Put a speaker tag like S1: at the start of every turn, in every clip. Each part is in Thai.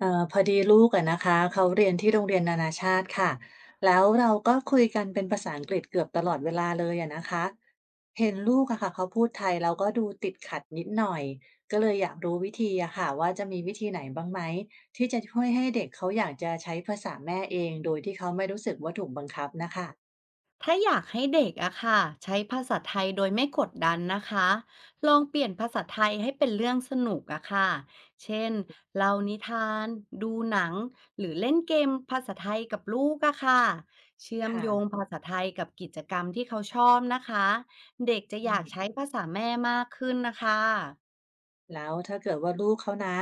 S1: พอดีลูกอะนะคะเขาเรียนที่โรงเรียนนานาชาติค่ะแล้วเราก็คุยกันเป็นภาษาอังกฤษเกือบตลอดเวลาเลยอะนะคะเห็นลูกอะค่ะเขาพูดไทยเราก็ดูติดขัดนิดหน่อยก็เลยอยากรู้วิธีอะค่ะว่าจะมีวิธีไหนบ้างไหมที่จะช่วยให้เด็กเขาอยากจะใช้ภาษาแม่เองโดยที่เขาไม่รู้สึกว่าถูกบังคับนะคะ
S2: ถ้าอยากให้เด็กอะค่ะใช้ภาษาไทยโดยไม่กดดันนะคะลองเปลี่ยนภาษาไทยให้เป็นเรื่องสนุกอะค่ะเช่นเล่านิทานดูหนังหรือเล่นเกมภาษาไทยกับลูกอะค่ะเชื่อม
S1: ค่ะ
S2: โยงภาษาไทยกับกิจกรรมที่เขาชอบนะคะเด็กจะ
S1: อื
S2: อยากใช้
S1: ม
S2: ภาษาแม่มากขึ้นนะคะ
S1: แล้วถ้าเกิดว่าลูกเขานะ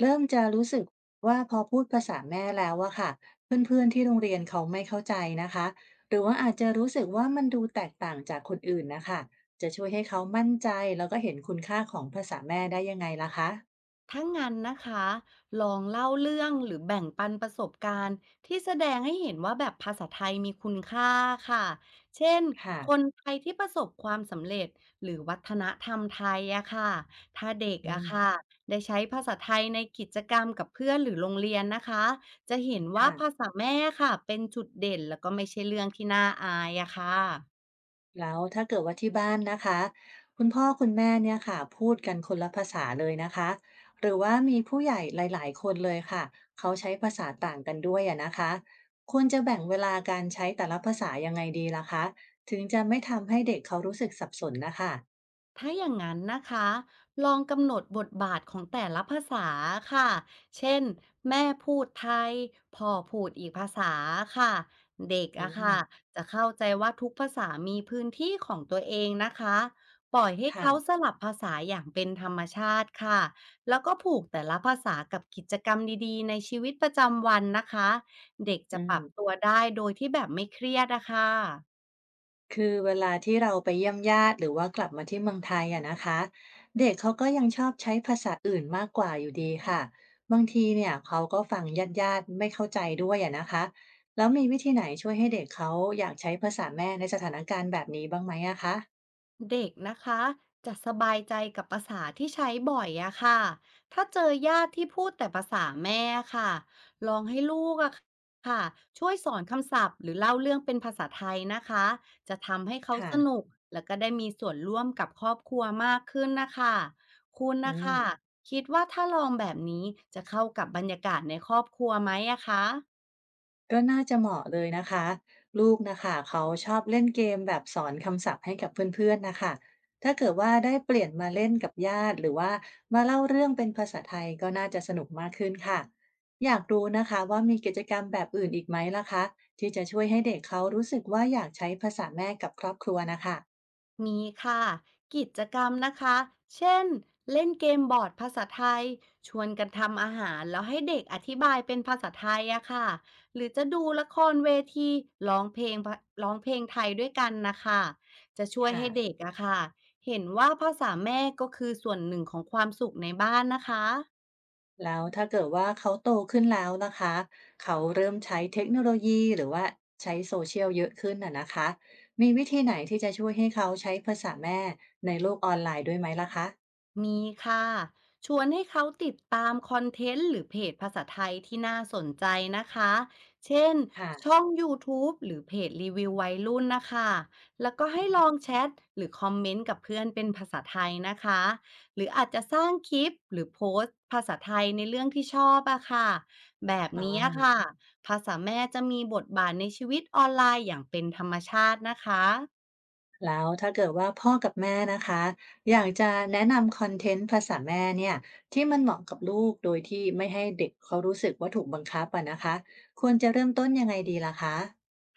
S1: เริ่มจะรู้สึกว่าพอพูดภาษาแม่แล้วอะค่ะเพื่อนๆที่โรงเรียนเขาไม่เข้าใจนะคะหรือว่าอาจจะรู้สึกว่ามันดูแตกต่างจากคนอื่นนะคะจะช่วยให้เขามั่นใจแล้วก็เห็นคุณค่าของภาษาแม่ได้ยังไงล่ะคะ
S2: ถ้างั้นนะคะ ลองเล่าเรื่องหรือแบ่งปันประสบการณ์ที่แสดงให้เห็นว่าแบบภาษาไทยมีคุณค่าค่ะเช่น
S1: ค่ะ
S2: คนไทยที่ประสบความสำเร็จหรือวัฒนธรรมไทยอะค่ะ ถ้าเด็ก
S1: อื
S2: อะ
S1: ม
S2: ค่ะได้ใช้ภาษาไทยในกิจกรรมกับเพื่อนหรือโรงเรียนนะคะจะเห็นว่า
S1: ค่ะ
S2: ภาษาแม่ค่ะเป็นจุดเด่นแล้วก็ไม่ใช่เรื่องที่น่าอายอะค่ะ
S1: แล้วถ้าเกิดว่าที่บ้านนะคะคุณพ่อคุณแม่เนี่ยค่ะพูดกันคนละภาษาเลยนะคะหรือว่ามีผู้ใหญ่หลายๆคนเลยค่ะเขาใช้ภาษาต่างกันด้วยอะนะคะควรจะแบ่งเวลาการใช้แต่ละภาษายังไงดีล่ะคะถึงจะไม่ทำให้เด็กเขารู้สึกสับสนนะคะ
S2: ถ้าอย่างนั้นนะคะลองกำหนดบทบาทของแต่ละภาษาค่ะเช่น แม่พูดไทยพ่อพูดอีกภาษาค่ะเด็ก
S1: อื
S2: อะ
S1: ม
S2: ค่ะจะเข้าใจว่าทุกภาษามีพื้นที่ของตัวเองนะคะปล่อยให้
S1: ค่ะ
S2: เขาสลับภาษาอย่างเป็นธรรมชาติค่ะแล้วก็ผูกแต่ละภาษากับกิจกรรมดีๆในชีวิตประจำวันนะคะเด็ก
S1: อื
S2: จะปรับตั
S1: ม
S2: วได้โดยที่แบบไม่เครียดอะค่ะ
S1: คือเวลาที่เราไปเยี่ยมญาติหรือว่ากลับมาที่เมืองไทยอะนะคะเด็กเขาก็ยังชอบใช้ภาษาอื่นมากกว่าอยู่ดีค่ะบางทีเนี่ยเขาก็ฟังญาติๆไม่เข้าใจด้วยอะนะคะแล้วมีวิธีไหนช่วยให้เด็กเขาอยากใช้ภาษาแม่ในสถานการณ์แบบนี้บ้างไหมอะคะ
S2: เด็กนะคะจะสบายใจกับภาษาที่ใช้บ่อยอะค่ะถ้าเจอญาติที่พูดแต่ภาษาแม่ค่ะลองให้ลูกอะค่ะช่วยสอนคำศัพท์หรือเล่าเรื่องเป็นภาษาไทยนะคะจะทำให้เขา
S1: ค่ะ
S2: สนุกแล้วก็ได้มีส่วนร่วมกับครอบครัวมากขึ้นนะคะคุณ
S1: อื
S2: นะ
S1: ม
S2: คะคิดว่าถ้าลองแบบนี้จะเข้ากับบรรยากาศในครอบครัวไหมอะคะ
S1: ก็น่าจะเหมาะเลยนะคะลูกนะคะเขาชอบเล่นเกมแบบสอนคำศัพท์ให้กับเพื่อนๆนะคะถ้าเกิดว่าได้เปลี่ยนมาเล่นกับญาติหรือว่ามาเล่าเรื่องเป็นภาษาไทยก็น่าจะสนุกมากขึ้นค่ะอยากรู้นะคะว่ามีกิจกรรมแบบอื่นอีกไหมล่ะคะที่จะช่วยให้เด็กเขารู้สึกว่าอยากใช้ภาษาแม่กับครอบครัวนะคะ
S2: มีค่ะกิจกรรมนะคะเช่นเล่นเกมบอร์ดภาษาไทยชวนกันทำอาหารแล้วให้เด็กอธิบายเป็นภาษาไทยอะค่ะหรือจะดูละครเวทีร้องเพลงร้องเพลงไทยด้วยกันนะคะจะช่วย
S1: ค่ะ
S2: ให้เด็กอะค่ะเห็นว่าภาษาแม่ก็คือส่วนหนึ่งของความสุขในบ้านนะคะ
S1: แล้วถ้าเกิดว่าเขาโตขึ้นแล้วนะคะเขาเริ่มใช้เทคโนโลยีหรือว่าใช้โซเชียลเยอะขึ้นน่ะนะคะมีวิธีไหนที่จะช่วยให้เขาใช้ภาษาแม่ในโลกออนไลน์ด้วยไหมล่ะคะ
S2: มีค่ะชวนให้เขาติดตามคอนเทนต์หรือเพจภาษาไทยที่น่าสนใจนะคะเช่นช่
S1: ค่ะ
S2: อง YouTube หรือเพจรีวิววัยรุ่นนะคะแล้วก็ให้
S1: อ
S2: ลองแชทหรือคอมเมนต์กับเพื่อนเป็นภาษาไทยนะคะหรืออาจจะสร้างคลิปหรือโพสต์ภาษาไทยในเรื่องที่ชอบอะค่ะแบบ
S1: ๋
S2: นี้
S1: อ
S2: ค่ะภาษาแม่จะมีบทบาทในชีวิตออนไลน์อย่างเป็นธรรมชาตินะคะ
S1: แล้วถ้าเกิดว่าพ่อกับแม่นะคะอยากจะแนะนำคอนเทนต์ภาษาแม่เนี่ยที่มันเหมาะกับลูกโดยที่ไม่ให้เด็กเขารู้สึกว่าถูกบังคับอะนะคะควรจะเริ่มต้นยังไงดีล่ะคะ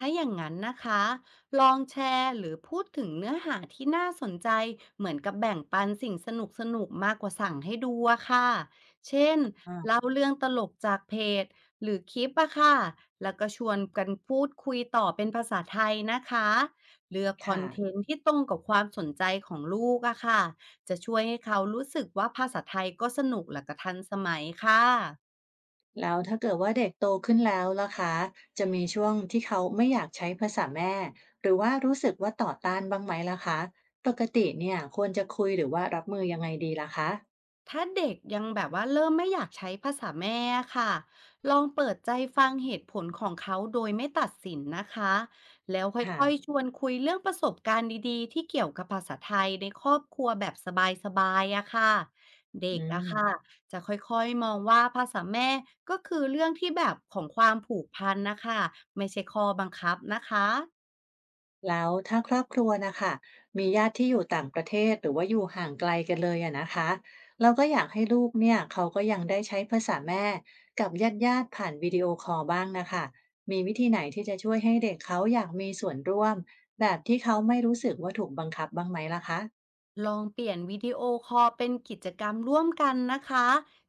S2: ถ้าอย่างนั้นนะคะลองแชร์หรือพูดถึงเนื้อหาที่น่าสนใจเหมือนกับแบ่งปันสิ่งสนุกมากกว่าสั่งให้ดูอะค่ะเช่น
S1: อา
S2: เล่าเรื่องตลกจากเพจหรือคลิปอะค่ะแล้วก็ชวนกันพูดคุยต่อเป็นภาษาไทยนะคะเลือกคอน
S1: ค่ะ
S2: เทนต์ที่ตรงกับความสนใจของลูกอะค่ะจะช่วยให้เขารู้สึกว่าภาษาไทยก็สนุกและก็ทันสมัยค่ะ
S1: แล้วถ้าเกิดว่าเด็กโตขึ้นแล้วล่ะคะจะมีช่วงที่เขาไม่อยากใช้ภาษาแม่หรือว่ารู้สึกว่าต่อต้านบ้างไหมล่ะคะปกติเนี่ยควรจะคุยหรือว่ารับมือยังไงดีล่ะคะ
S2: ถ้าเด็กยังแบบว่าเริ่มไม่อยากใช้ภาษาแม่ค่ะลองเปิดใจฟังเหตุผลของเขาโดยไม่ตัดสินนะคะแล้วค
S1: ค่ะ
S2: ่อยๆชวนคุยเรื่องประสบการณ์ดีๆที่เกี่ยวกับภาษาไทยในครอบครัวแบบสบายๆอะค่ะเด็ก
S1: อื
S2: อะ
S1: ม
S2: ค่ะจะค่อยๆมองว่าภาษาแม่ก็คือเรื่องที่แบบของความผูกพันนะคะไม่ใช่ข้อบังคับนะคะ
S1: แล้วถ้าครอบครัวนะคะมีญาติที่อยู่ต่างประเทศหรือว่าอยู่ห่างไกลกันเลยอะนะคะเราก็อยากให้ลูกเนี่ยเขาก็ยังได้ใช้ภาษาแม่กับญาติญาติผ่านวิดีโอคอลบ้างนะคะมีวิธีไหนที่จะช่วยให้เด็กเขาอยากมีส่วนร่วมแบบที่เขาไม่รู้สึกว่าถูกบังคับบ้างไหมล่ะคะ
S2: ลองเปลี่ยนวิดีโอคอลเป็นกิจกรรมร่วมกันนะคะ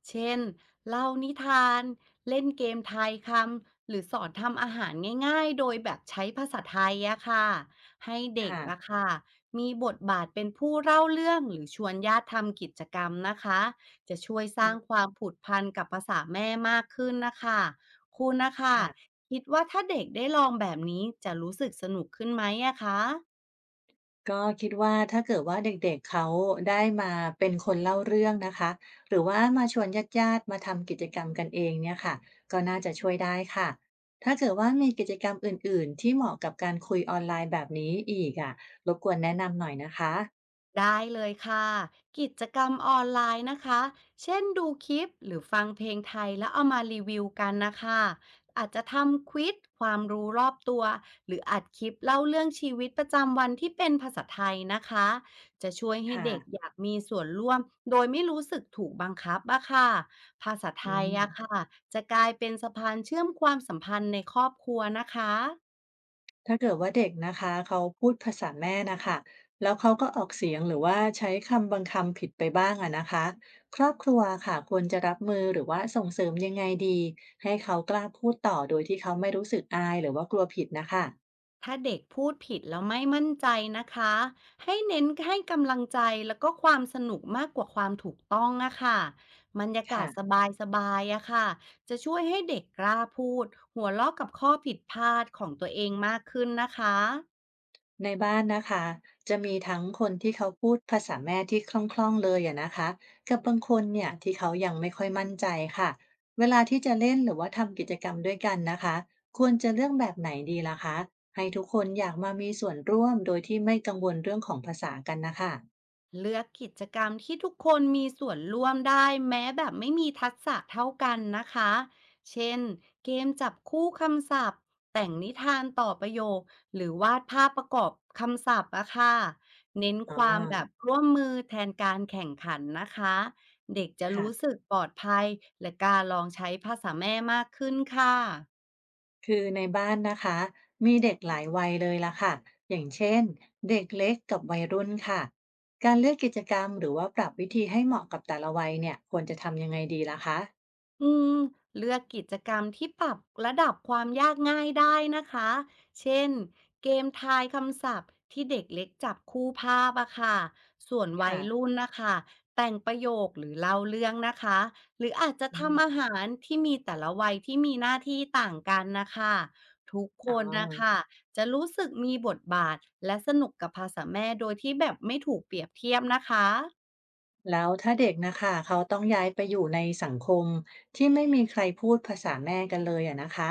S2: เช่นเล่านิทานเล่นเกมทายคำหรือสอนทำอาหารง่ายๆโดยแบบใช้ภาษาไทยอะค่ะให้เด็ก
S1: ค่ะ
S2: อะค่ะมีบทบาทเป็นผู้เล่าเรื่องหรือชวนญาติทำกิจกรรมนะคะ จะช่วยส
S1: อื
S2: ร้าง
S1: ม
S2: ความผูกพันกับภาษาแม่มากขึ้นนะคะคุณนะคะ
S1: ค่ะ
S2: คิดว่าถ้าเด็กได้ลองแบบนี้จะรู้สึกสนุกขึ้นไหมอะคะ
S1: ก็คิดว่าถ้าเกิดว่าเด็กๆเขาได้มาเป็นคนเล่าเรื่องนะคะหรือว่ามาชวนญาติๆมาทำกิจกรรมกันเองเนี่ยค่ะก็น่าจะช่วยได้ค่ะถ้าเกิดว่ามีกิจกรรมอื่นๆที่เหมาะกับการคุยออนไลน์แบบนี้อีกอะรบกวนแนะนำหน่อยนะคะ
S2: ได้เลยค่ะกิจกรรมออนไลน์นะคะเช่นดูคลิปหรือฟังเพลงไทยแล้วเอามารีวิวกันนะคะอาจจะทำควิซความรู้รอบตัวหรืออัดคลิปเล่าเรื่องชีวิตประจำวันที่เป็นภาษาไทยนะคะจะช่วยให้
S1: ค่ะ
S2: เด็กอยากมีส่วนร่วมโดยไม่รู้สึกถูกบังคับอะค่ะภาษาไท
S1: อื
S2: ย
S1: ม
S2: อะค่ะจะกลายเป็นสะพานเชื่อมความสัมพันธ์ในครอบครัวนะคะ
S1: ถ้าเกิดว่าเด็กนะคะเขาพูดภาษาแม่นะคะแล้วเขาก็ออกเสียงหรือว่าใช้คำบางคำผิดไปบ้างอะนะคะครอบครัวค่ะควรจะรับมือหรือว่าส่งเสริมยังไงดีให้เขากล้าพูดต่อโดยที่เขาไม่รู้สึกอายหรือว่ากลัวผิดนะคะ
S2: ถ้าเด็กพูดผิดแล้วไม่มั่นใจนะคะให้เน้นให้กำลังใจแล้วก็ความสนุกมากกว่าความถูกต้องอะค่ะบรรยากาศส
S1: ค่ะ
S2: บายๆอะค่ะจะช่วยให้เด็กกล้าพูดหัวเราะกับข้อผิดพลาดของตัวเองมากขึ้นนะคะ
S1: ในบ้านนะคะจะมีทั้งคนที่เขาพูดภาษาแม่ที่คล่องๆเลยอะนะคะกับบางคนเนี่ยที่เขายังไม่ค่อยมั่นใจค่ะเวลาที่จะเล่นหรือว่าทำกิจกรรมด้วยกันนะคะควรจะเลือกแบบไหนดีล่ะคะให้ทุกคนอยากมามีส่วนร่วมโดยที่ไม่กังวลเรื่องของภาษากันนะคะ
S2: เลือกกิจกรรมที่ทุกคนมีส่วนร่วมได้แม้แบบไม่มีทักษะเท่ากันนะคะ เช่นเกมจับคู่คำศัพท์แต่งนิทานต่อประโยคหรือวาดภาพประกอบคำศัพท์อะค่ะเน้น
S1: อ๋
S2: ค
S1: อ
S2: วามแบบร่วมมือแทนการแข่งขันนะคะ เด็กจะ
S1: ค่ะ
S2: รู้สึกปลอดภัยและกล้ารลองใช้ภาษาแม่มากขึ้นค่ะ
S1: คือในบ้านนะคะมีเด็กหลายวัยเลยล่ะค่ะอย่างเช่นเด็กเล็กกับวัยรุ่นค่ะการเลือกกิจกรรมหรือว่าปรับวิธีให้เหมาะกับแต่ละวัยเนี่ยควรจะทำยังไงดีล่ะคะ
S2: อืมเลือกกิจกรรมที่ปรับระดับความยากง่ายได้นะคะเช่นเกมทายคำศัพท์ที่เด็กเล็กจับคู่ภาพอะค่ะส่วนวัย
S1: ค่ะ
S2: รุ่นนะคะแต่งประโยคหรือเล่าเรื่องนะคะหรืออาจจะ
S1: อื
S2: ทำอา
S1: ม
S2: หารที่มีแต่ละวัยที่มีหน้าที่ต่างกันนะคะทุกค
S1: อ๋อ
S2: นนะคะจะรู้สึกมีบทบาทและสนุกกับภาษาแม่โดยที่แบบไม่ถูกเปรียบเทียบนะคะ
S1: แล้วถ้าเด็กนะคะเขาต้องย้ายไปอยู่ในสังคมที่ไม่มีใครพูดภาษาแม่กันเลยอะนะคะ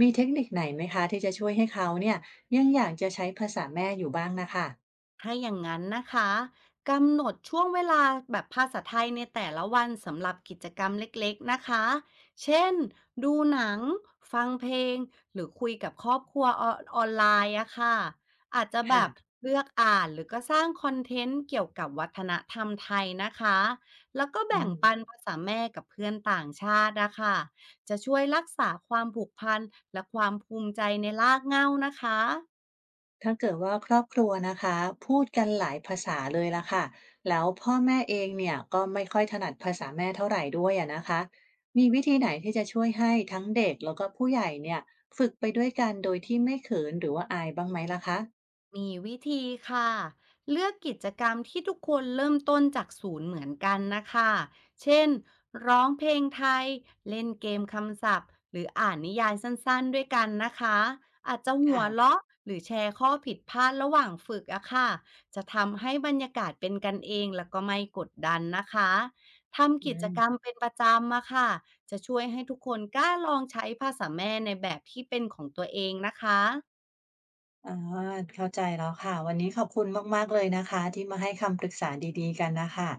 S1: มีเทคนิคไหนไหมคะที่จะช่วยให้เขาเนี่ยยังอยากจะใช้ภาษาแม่อยู่บ้างนะคะ
S2: ถ้าอย่างนั้นนะคะกำหนดช่วงเวลาแบบภาษาไทยในแต่ละวันสำหรับกิจกรรมเล็กๆนะคะเช่นดูหนังฟังเพลงหรือคุยกับครอบครัวออนไลน์อะค่ะอาจจะแบบ
S1: ค่ะ
S2: เลือกอ่านหรือก็สร้างคอนเทนต์เกี่ยวกับวัฒนธรรมไทยนะคะแล้วก็
S1: อื
S2: แบ่ง
S1: ม
S2: ปันภาษาแม่กับเพื่อนต่างชาตินะคะจะช่วยรักษาความผูกพันและความภูมิใจในรากเหง้านะคะ
S1: ถ้าเกิดว่าครอบครัวนะคะพูดกันหลายภาษาเลยละค่ะแล้วพ่อแม่เองเนี่ยก็ไม่ค่อยถนัดภาษาแม่เท่าไหร่ด้วยอะนะคะมีวิธีไหนที่จะช่วยให้ทั้งเด็กแล้วก็ผู้ใหญ่เนี่ยฝึกไปด้วยกันโดยที่ไม่เขินหรือว่าอายบ้างไหมล่ะคะ
S2: มีวิธีค่ะเลือกกิจกรรมที่ทุกคนเริ่มต้นจากศูนย์เหมือนกันนะคะเช่นร้องเพลงไทยเล่นเกมคำศัพท์หรืออ่านนิยายสั้นๆด้วยกันนะคะอาจจะหัว
S1: ค่ะ
S2: เราะหรือแชร์ข้อผิดพลาดระหว่างฝึกอะค่ะจะทำให้บรรยากาศเป็นกันเองแล้วก็ไม่กดดันนะคะทำ
S1: อื
S2: กิจกรรม
S1: ม
S2: เป็นประจำอะค่ะจะช่วยให้ทุกคนกล้าลองใช้ภาษาแม่ในแบบที่เป็นของตัวเองนะคะ
S1: อ่าเข้าใจแล้วค่ะวันนี้ขอบคุณมากๆเลยนะคะที่มาให้คำปรึกษาดีๆกันนะคะ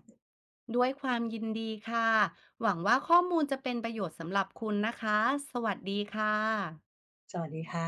S2: ด้วยความยินดีค่ะ หวังว่าข้อมูลจะเป็นประโยชน์สำหรับคุณนะคะ สวัสดีค่ะ
S1: สวัสดีค่ะ